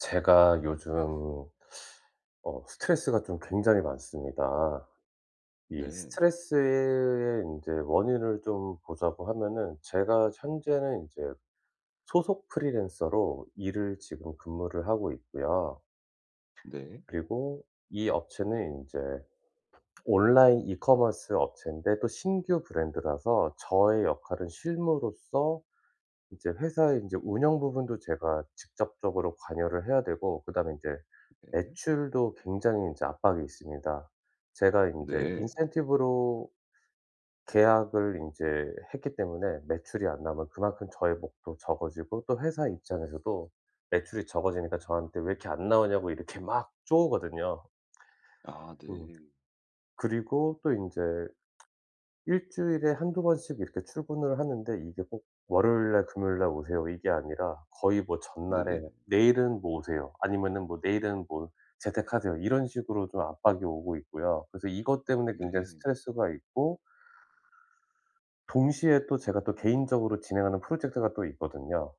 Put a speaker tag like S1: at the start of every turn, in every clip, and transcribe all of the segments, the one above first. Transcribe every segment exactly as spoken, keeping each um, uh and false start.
S1: 제가 요즘 어 스트레스가 좀 굉장히 많습니다. 이
S2: 네.
S1: 스트레스의 이제 원인을 좀 보자고 하면은, 제가 현재는 이제 소속 프리랜서로 일을 지금 근무를 하고 있고요.
S2: 네.
S1: 그리고 이 업체는 이제 온라인 이커머스 업체인데, 또 신규 브랜드라서 저의 역할은 실무로서 이제 회사의 제 운영 부분도 제가 직접적으로 관여를 해야 되고, 그다음에 인제
S2: 네.
S1: 매출도 굉장히 인제 압박이 있습니다. 제가 인제
S2: 네.
S1: 인센티브로 계약을 인제 했기 때문에, 매출이 안 나오면 그만큼 저의 몫도 적어지고, 또 회사 입장에서도 매출이 적어지니까 저한테 "왜 이렇게 안 나오냐."고 이렇게 막 쪼으거든요.
S2: 아
S1: 음.
S2: 네.
S1: 그리고 또 인제 일주일에 한두 번씩 이렇게 출근을 하는데, 이게 꼭 월요일 날 금요일 날 오세요 이게 아니라, 거의 뭐 전날에
S2: 네네.
S1: "내일은 뭐 오세요." 아니면은 뭐 "내일은 뭐 재택하세요." 이런 식으로 좀 압박이 오고 있고요. 그래서 이것 때문에 굉장히
S2: 네.
S1: 스트레스가 있고, 동시에 또 제가 또 개인적으로 진행하는 프로젝트가 또 있거든요.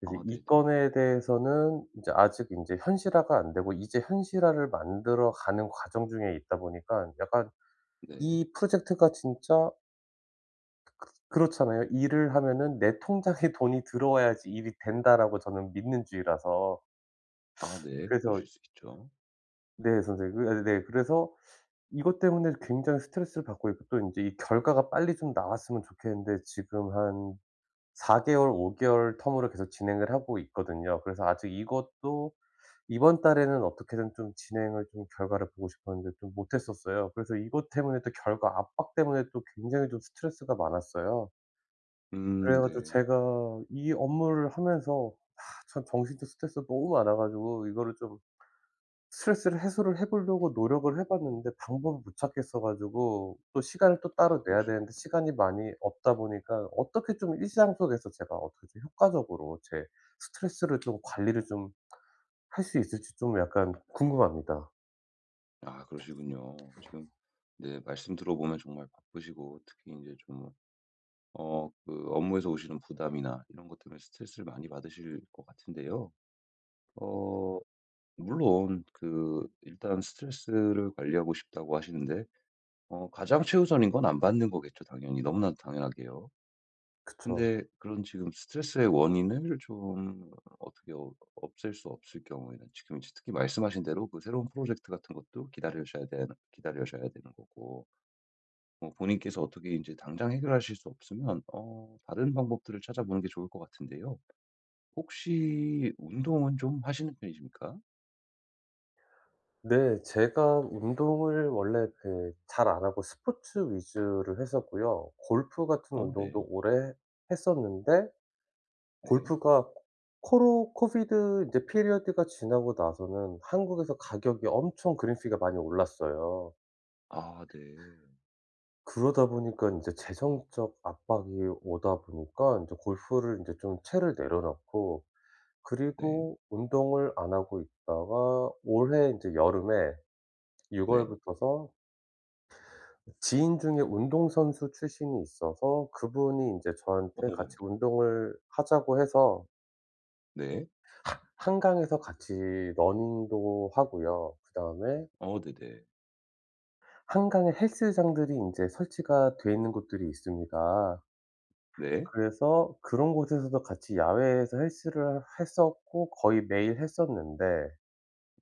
S1: 그래서
S2: 아
S1: 이
S2: 네네.
S1: 건에 대해서는 이제 아직 인제 현실화가 안 되고, 이제 현실화를 만들어 가는 과정 중에 있다 보니까, 약간
S2: 네.
S1: 이 프로젝트가 진짜 그렇잖아요. 일을 하면은 '내 통장에 돈이 들어와야지 일이 된다.'라고 저는 믿는주의라서.
S2: 아 네.
S1: 그래서
S2: 그러실 수 있죠.
S1: 네 선생님. 그 아 네, 그래서 이것 때문에 굉장히 스트레스를 받고 있고, 또 인제 이 결과가 빨리 좀 나왔으면 좋겠는데, 지금 한 4 개월, 5 개월 텀으로 계속 진행을 하고 있거든요. 그래서 아직 이것도 이번 달에는 어떻게든 좀 진행을 좀 결과를 보고 싶었는데 좀 못했었어요. 그래서 이것 때문에 또 결과 압박 때문에 또 굉장히 좀 스트레스가 많았어요.
S2: 음
S1: 그래 가지고
S2: 네.
S1: 제가 이 업무를 하면서, 아 참 정신적 스트레스가 너무 많아 가지고, 이거를 좀 스트레스를 해소를 해 보려고 노력을 해 봤는데 방법을 못 찾겠어 가지고, 또 시간을 또 따로
S2: 아
S1: 내야
S2: 그러시군요.
S1: 되는데 시간이 많이 없다 보니까, 어떻게 좀 일상 속에서 제가 어떻게 좀 효과적으로 제 스트레스를 좀 관리를 좀 할 수 있을지 좀 약간 궁금합니다.
S2: 아 그러시군요. 지금 네 말씀 들어보면 정말 바쁘시고 특히 인제 좀 어 그 업무에서 오시는 부담이나 이런 것 때문에 스트레스를 많이 받으실 것 같은데요. 어 물론 그 일단 스트레스를 관리하고 싶다고 하시는데 어 가장 최우선인 건 안 받는 거겠죠 당연히. 너무나도 당연하게요.
S1: 그쵸.
S2: 근데 그런 지금 스트레스의 원인을 좀 어떻게 어 없앨 수 없을 경우에는 지금 이제 특히 말씀하신 대로 그 새로운 프로젝트 같은 것도 기다리셔야 되는 기다리셔야 되는 거고 뭐 본인께서 어떻게 이제 당장 해결하실 수 없으면 어 다른 방법들을 찾아보는 게 좋을 것 같은데요. 혹시 운동은 좀 하시는 편이십니까?
S1: 네. 제가 운동을 원래 그 잘 안 하고 스포츠 위주를 했었고요. 골프 같은
S2: 어 네.
S1: 운동도 오래 했었는데,
S2: 네.
S1: 골프가 코로 코비드 이제 피리어드가 지나고 나서는 한국에서 가격이 엄청 그린피가 많이 올랐어요.
S2: 아 네.
S1: 그러다 보니까 인제 재정적 압박이 오다 보니까 인제 골프를 인제 좀 채를 내려놓고,
S2: 네.
S1: 그리고 운동을 안 하고 있다가 올해 인제 여름에 유월
S2: 네.
S1: 월부터서 지인 중에 운동선수 출신이 있어서, 그분이 인제 저한테
S2: 오
S1: 같이 운동을 하자고 해서
S2: 네.
S1: 한강에서 같이 러닝도 하고요. 그다음에
S2: 어 네네. 네.
S1: 한강에 헬스장들이 인제 설치가 돼 있는 곳들이 있습니다.
S2: 네.
S1: 그래서 그런 곳에서도 같이 야외에서 헬스를 했었고 거의 매일 했었는데,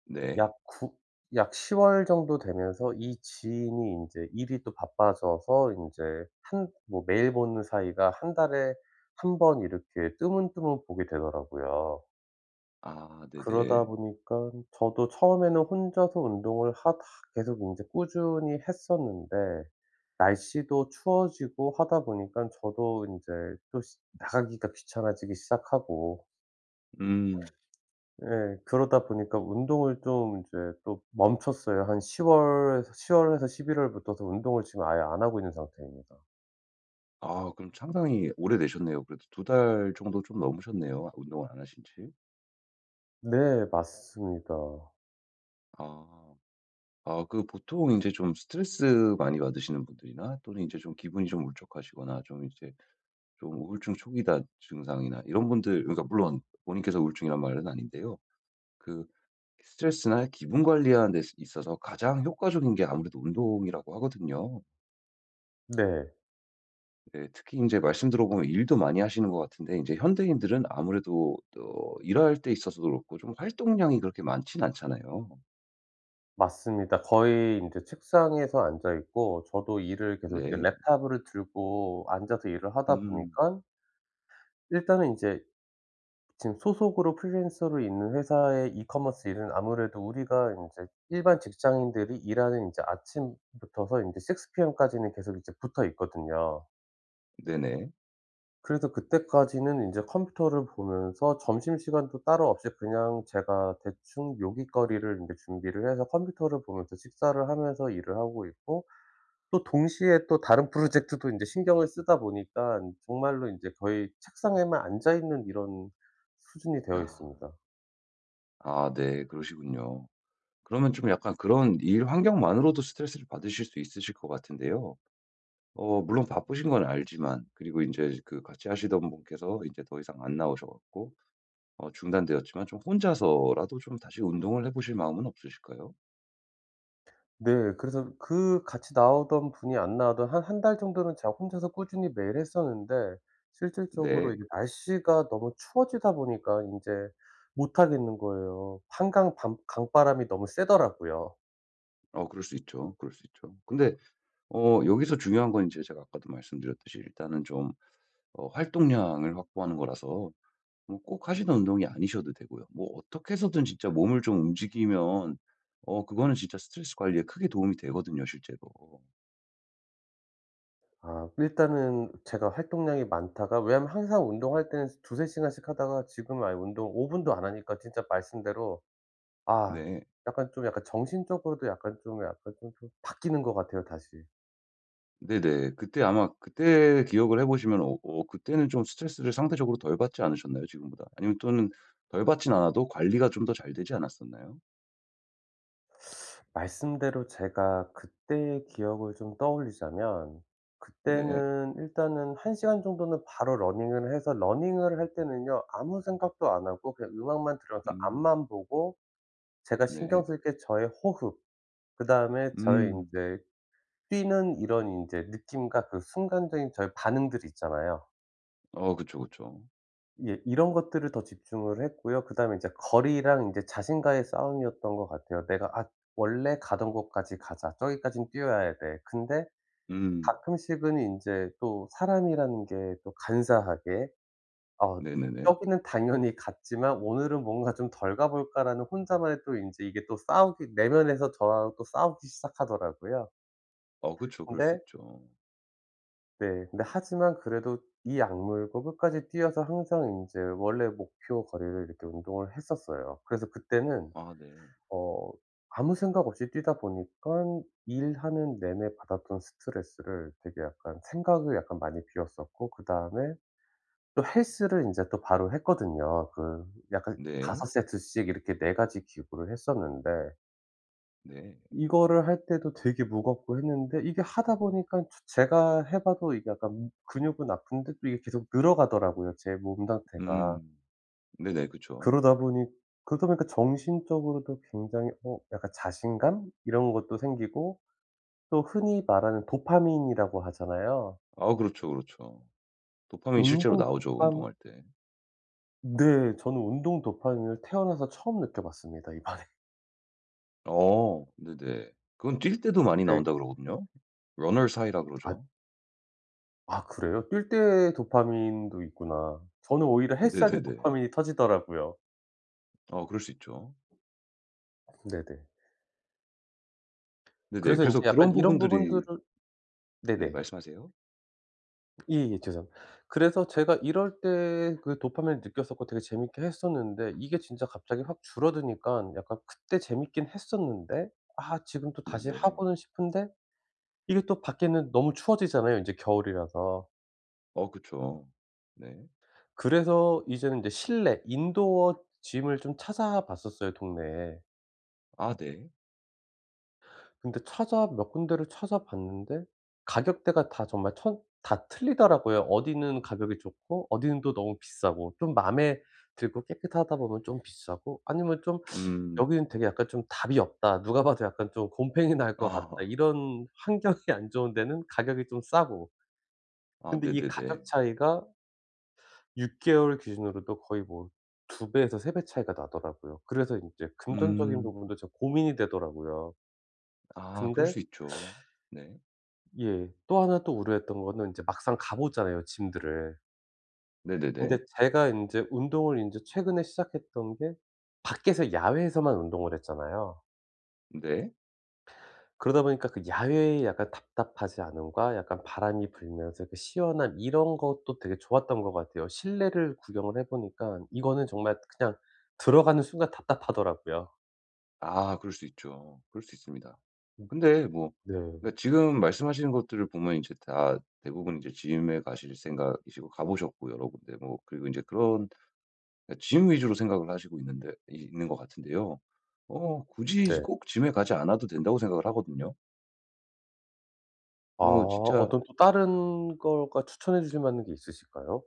S2: 네.
S1: 약 구 약 시월 정도 되면서 이 지인이 인제 일이 또 바빠져서 인제, 한 뭐 매일 보는 사이가 한 달에 한번 이렇게 뜨문뜨문 보게 되더라고요.
S2: 아
S1: 그러다
S2: 네네.
S1: 보니까 저도 처음에는 혼자서 운동을 하다 계속 인제 꾸준히 했었는데, 날씨도 추워지고 하다 보니깐 저도 인제 또 시 나가기가 귀찮아지기 시작하고.
S2: 음.
S1: 예. 그러다 보니까 운동을 좀 이제 또 멈췄어요. 한 시 월에서 시 월에서 십일 월부터서 운동을 지금 아예 안 하고 있는 상태입니다.
S2: 아 그럼 상당히 오래되셨네요. 그래도 두 달 정도 좀 넘으셨네요. 아, 운동을 안 하신 지.
S1: 네. 맞습니다.
S2: 아. 아 그 보통 이제 좀 스트레스 많이 받으시는 분들이나 또는 이제 좀 기분이 좀 울적하시거나 좀 이제 좀 우울증 초기다 증상이나 이런 분들, 그러니까 물론 본인께서 우울증이란 말은 아닌데요. 그 스트레스나 기분 관리하는 데 있어서 가장 효과적인 게 아무래도 운동이라고 하거든요.
S1: 네.
S2: 네. 특히 이제 말씀 들어보면 일도 많이 하시는 것 같은데 이제 현대인들은 아무래도 어 일할 때 있어서도 그렇고 좀 활동량이 그렇게 많진 않잖아요.
S1: 맞습니다. 거의 인제 책상에서 앉아 있고, 저도 일을 계속 이제
S2: 네.
S1: 랩탑을 들고 앉아서 일을 하다
S2: 음.
S1: 보니깐, 일단은 인제 지금 소속으로 프리랜서로 있는 회사의 이커머스 일은, 아무래도 우리가 인제 일반 직장인들이 일하는, 인제 아침부터서 인제 식스 피엠까지는 계속 이제 붙어 있거든요.
S2: 네네.
S1: 그래서 그때까지는 인제 컴퓨터를 보면서 점심시간도 따로 없이 그냥 제가 대충 요깃거리를 인제 준비를 해서, 컴퓨터를 보면서 식사를 하면서 일을 하고 있고, 또 동시에 또 다른 프로젝트도 인제 신경을 쓰다 보니깐, 정말로 인제 거의 책상에만 앉아 있는 이런 수준이 되어
S2: 아.
S1: 있습니다.
S2: 아 네. 그러시군요. 그러면 좀 약간 그런 일 환경만으로도 스트레스를 받으실 수 있으실 것 같은데요. 어 물론 바쁘신 건 알지만 그리고 이제 그 같이 하시던 분께서 이제 더 이상 안 나오셔 갖고 어 중단되었지만 좀 혼자서라도 좀 다시 운동을 해 보실 마음은 없으실까요?
S1: 네. 그래서 그 같이 나오던 분이 안 나오던 한 한 달 정도는 제가 혼자서 꾸준히 매일 했었는데, 실질적으로
S2: 네.
S1: 이게 날씨가 너무 추워지다 보니까 인제 못 하겠는 거예요. 한강 밤 강바람이 너무 세더라고요.
S2: 어 그럴 수 있죠. 그럴 수 있죠. 근데 어 여기서 중요한 건 이제 제가 아까도 말씀드렸듯이 일단은 좀 어 활동량을 확보하는 거라서 뭐 꼭 하시던 운동이 아니셔도 되고요. 뭐 어떻게 해서든 진짜 몸을 좀 움직이면 어 그거는 진짜 스트레스 관리에 크게 도움이 되거든요 실제로.
S1: 아 일단은 제가 활동량이 많다가, 왜냐하면 항상 운동할 때는 두세 시간씩 하다가, 지금은 아예 운동 오 분도 안 하니까 진짜 말씀대로, 아
S2: 네.
S1: 약간 좀 약간 정신적으로도 약간 좀 약간 좀 좀 바뀌는 것 같아요 다시.
S2: 네네. 그때 아마 그때 기억을 해 보시면 어 어 그때는 좀 스트레스를 상대적으로 덜 받지 않으셨나요 지금보다? 아니면 또는 덜 받진 않아도 관리가 좀 더 잘 되지 않았었나요?
S1: 말씀대로 제가 그때의 기억을 좀 떠올리자면,
S2: 네.
S1: 그때는 일단은 한 시간 정도는 바로 러닝을 해서, 러닝을 할 때는요 아무 생각도 안 하고 그냥 음악만 들으면서
S2: 음.
S1: 앞만 보고, 제가
S2: 네.
S1: 신경 쓸게 저의 호흡, 그다음에 저의 이
S2: 음.
S1: 제 뛰는 이런 이제 느낌과 그 순간적인 저의 반응들이 있잖아요.
S2: 어 그쵸, 그쵸.
S1: 예. 이런 것들을 더 집중을 했고요. 그다음에 이제 거리랑 인제 자신과의 싸움이었던 것 같아요. 내가 '아 원래 가던 곳까지 가자. 저기까진 뛰어야 돼.' 근데
S2: 음.
S1: 가끔씩은 인제 또 사람이라는 게 또 간사하게, 어
S2: 네네네.
S1: '저기는 당연히 갔지만 오늘은 뭔가 좀 덜 가 볼까.'라는 혼자만의 또 인제, 이게 또 싸우기 내면에서 저하고 또 싸우기 시작하더라고요.
S2: 어 그쵸. 그럴 수
S1: 근데
S2: 있죠.
S1: 네. 근데 하지만 그래도 이 악물고 끝까지 뛰어서 항상 인제 원래 목표 거리를 이렇게 운동을 했었어요. 그래서 그때는
S2: 아 네.
S1: 어 아무 생각 없이 뛰다 보니깐 일하는 내내 받았던 스트레스를 되게 약간 생각을 약간 많이 비웠었고, 그다음에 또 헬스를 인제 또 바로 했거든요. 그 약간
S2: 네.
S1: 다섯 세트씩 이렇게 네 가지 기구를 했었는데,
S2: 네.
S1: 이거를 할 때도 되게 무겁고 했는데, 이게 하다 보니까 저 제가 해 봐도, 이게 약간 음 근육은 아픈데 또 이게 계속 늘어가더라고요, 제 몸 상태가.
S2: 음. 네네. 그쵸.
S1: 그러다 보니 그러다 보니까 정신적으로도 굉장히 어 약간 자신감 이런 것도 생기고, 또 흔히 말하는 도파민이라고 하잖아요.
S2: 아 그렇죠, 그렇죠. 도파민 실제로
S1: 운동
S2: 나오죠,
S1: 도파
S2: 운동할 때.
S1: 네. 저는 운동 도파민을 태어나서 처음 느껴봤습니다, 이번에.
S2: 어 네네. 그건 뛸 때도 많이
S1: 네.
S2: 나온다 그러거든요. runners high라 그러죠.
S1: 아 아 그래요? 뛸 때 도파민도 있구나. 저는 오히려 헬스할 때
S2: 네네네.
S1: 도파민이 터지더라고요.
S2: 어 그럴 수 있죠.
S1: 네네.
S2: 네네.
S1: 그래서 인제
S2: 그래서
S1: 약간
S2: 그런
S1: 이런
S2: 부분들이
S1: 부분들을.
S2: 네
S1: 네네.
S2: 말씀하세요.
S1: 예예. 죄송합니다. 그래서 제가 이럴 때 그 도파민을 느꼈었고 되게 재밌게 했었는데, 이게 진짜 갑자기 확 줄어드니깐 약간 그때 재밌긴 했었는데, 아 지금 또 다시
S2: 네네.
S1: 하고는 싶은데 이게 또 밖에는 너무 추워지잖아요 인제 겨울이라서.
S2: 어 그쵸. 네.
S1: 그래서 이제는 인제 실내 인도어 짐을 좀 찾아 봤었어요 동네에.
S2: 아 네.
S1: 근데 찾아 몇 군데를 찾아봤는데, 가격대가 다 정말 천 다 틀리더라고요. 어디는 가격이 좋고 어디는 또 너무 비싸고, 좀 마음에 들고 깨끗하다 보면 좀 비싸고, 아니면 좀
S2: 음.
S1: '여기는 되게 약간 좀 답이 없다. 누가 봐도 약간 좀 곰팡이 날 것 같다.'
S2: 아.
S1: 이런 환경이 안 좋은 데는 가격이 좀 싸고.
S2: 아
S1: 근데 이 가격
S2: 네네네.
S1: 차이가 육 개월 기준으로도 거의 뭐 두 배에서 세 배 차이가 나더라고요. 그래서 인제 금전적인
S2: 음.
S1: 부분도 좀 고민이 되더라고요.
S2: 아 그럴
S1: 근데
S2: 수 있죠. 네.
S1: 예. 또 하나 또 우려했던 거는, 이제 막상 가 보잖아요 짐들을. 근데
S2: 네네네.
S1: 제가 인제 운동을 인제 최근에 시작했던 게 밖에서 야외에서만 운동을 했잖아요.
S2: 네.
S1: 그러다 보니까 그 야외의 약간 답답하지 않음과 약간 바람이 불면서 그 시원함, 이런 것도 되게 좋았던 것 같아요. 실내를 구경을 해 보니깐 이거는 정말 그냥 들어가는 순간 답답하더라고요.
S2: 아 그럴 수 있죠. 그럴 수 있습니다.
S1: 음
S2: 근데 뭐
S1: 네.
S2: 그러니까 지금 말씀하시는 것들을 보면 이제 다 대부분 이제 짐에 가실 생각이시고 가 보셨고 여러 군데 뭐 그리고 이제 그런 그러니까 짐 위주로 생각을 하시고 있는데 이- 있는 것 같은데요. 어 굳이
S1: 네.
S2: 꼭 짐에 가지 않아도 된다고 생각을 하거든요.
S1: 아
S2: 뭐 진짜
S1: 어떤 또 다른 거가 추천해 주실 만한 게 있으실까요?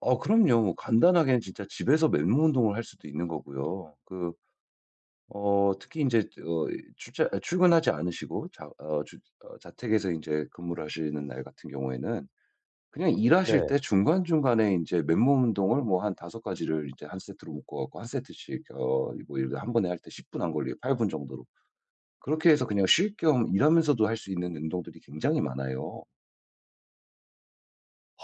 S2: 아 그럼요. 뭐 간단하게는 진짜 집에서 맨몸 운동을 할 수도 있는 거고요. 그 어 특히 이제 어출아 출근하지 않으시고 자 어 주 어 자택에서 이제 근무를 하시는 날 같은 경우에는 그냥 일하실
S1: 네.
S2: 때 중간중간에 이제 맨몸 운동을 뭐한섯 가지를 이제 한 세트로 묶어 갖고 한 세트씩 어 뭐 예를 들어 한 번에 할 때 십 분 안 걸리게 팔 분 정도로 그렇게 해서 그냥 쉴 겸 일하면서도 할 수 있는 운동들이 굉장히 많아요.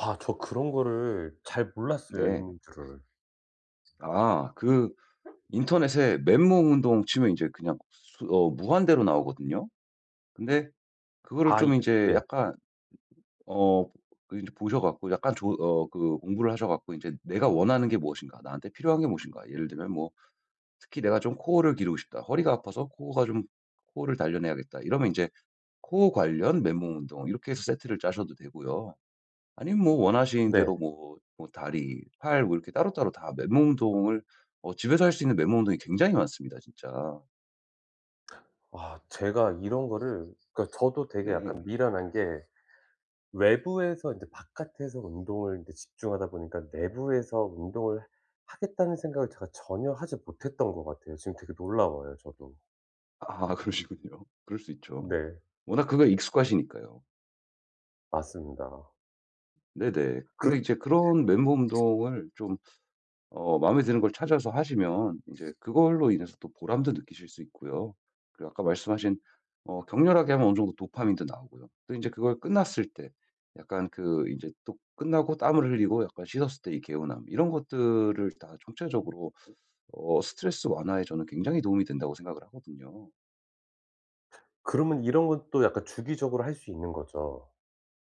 S1: 아 저 그런 거를 잘 몰랐어요
S2: 네.
S1: 있는 줄을.
S2: 아 그 인터넷에 맨몸 운동 치면 이제 그냥 수 어 무한대로 나오거든요. 근데 그거를
S1: 아
S2: 좀 이
S1: 이게
S2: 제
S1: 네.
S2: 약간 어그제 보셔 갖고 약간 조 어 그 공부를 하셔 갖고 이제 내가 원하는 게 무엇인가? 나한테 필요한 게 무엇인가? 예를 들면 뭐 특히 내가 좀 코어를 기르고 싶다. 허리가 아파서 코어가 좀 코어를 단련해야겠다. 이러면 이제 코어 관련 맨몸 운동 이렇게 해서 세트를 짜셔도 되고요. 아니면 뭐 원하시는
S1: 네.
S2: 대로 뭐 뭐 다리, 팔 뭐 이렇게 따로따로 다 맨몸 운동을 어 집에서 할 수 있는 맨몸 운동이 굉장히 많습니다 진짜.
S1: 아 제가 이런 거를, 그러니까 저도 되게 약간
S2: 네.
S1: 미련한 게, 외부에서 인제 바깥에서 운동을 인제 집중하다 보니까 내부에서 운동을 하겠다는 생각을 제가 전혀 하지 못했던 것 같아요. 지금 되게 놀라워요 저도.
S2: 아 그러시군요. 그럴 수 있죠.
S1: 네.
S2: 워낙 그거에 익숙하시니까요.
S1: 맞습니다.
S2: 네네. 근데
S1: 그러
S2: 이제 그런 맨몸 운동을 좀 어 마음에 드는 걸 찾아서 하시면 이제 그걸로 인해서 또 보람도 느끼실 수 있고요. 그리고 아까 말씀하신 어 격렬하게 하면 어느 정도 도파민도 나오고요. 또 이제 그걸 끝났을 때 약간 그 이제 또 끝나고 땀을 흘리고 약간 씻었을 때 이 개운함 이런 것들을 다 총체적으로 어 스트레스 완화에 저는 굉장히 도움이 된다고 생각을 하거든요.
S1: 그러면 이런 건 또 약간 주기적으로 할 수 있는 거죠?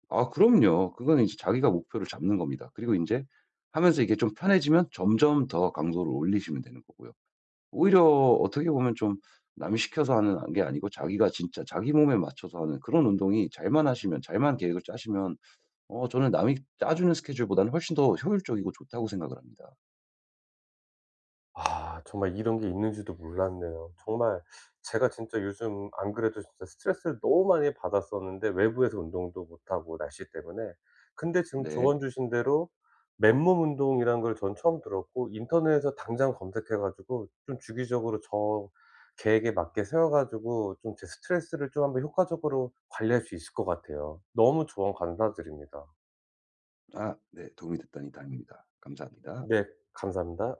S2: 아 그럼요. 그거는 이제 자기가 목표를 잡는 겁니다. 그리고 이제 하면서 이게 좀 편해지면 점점 더 강도를 올리시면 되는 거고요. 오히려 어떻게 보면 좀 남 시켜서 하는 아 게 아니고 자기가 진짜 자기 몸에 맞춰서 하는 그런 운동이 잘만 하시면 잘만 계획을 짜시면 어 저는 남이 짜주는 스케줄보다는 훨씬 더 효율적이고 좋다고 생각을 합니다.
S1: 아 정말 이런 게 있는지도 몰랐네요. 정말 제가 진짜 요즘 안 그래도 진짜 스트레스를 너무 많이 받았었는데, 외부에서 운동도 못 하고 날씨 때문에. 근데 지금 조언
S2: 네.
S1: 주신 대로 맨몸 운동이라는 걸 전 처음 들었고, 인터넷에서 당장 검색해 가지고 좀 주기적으로 저 계획에 맞게 세워 가지고 좀 제 스트레스를 좀 한번 효과적으로 관리할 수 있을 것 같아요. 너무 조언 감사드립니다.
S2: 아 네. 도움이 됐다니 다행입니다. 감사합니다.
S1: 네 감사합니다.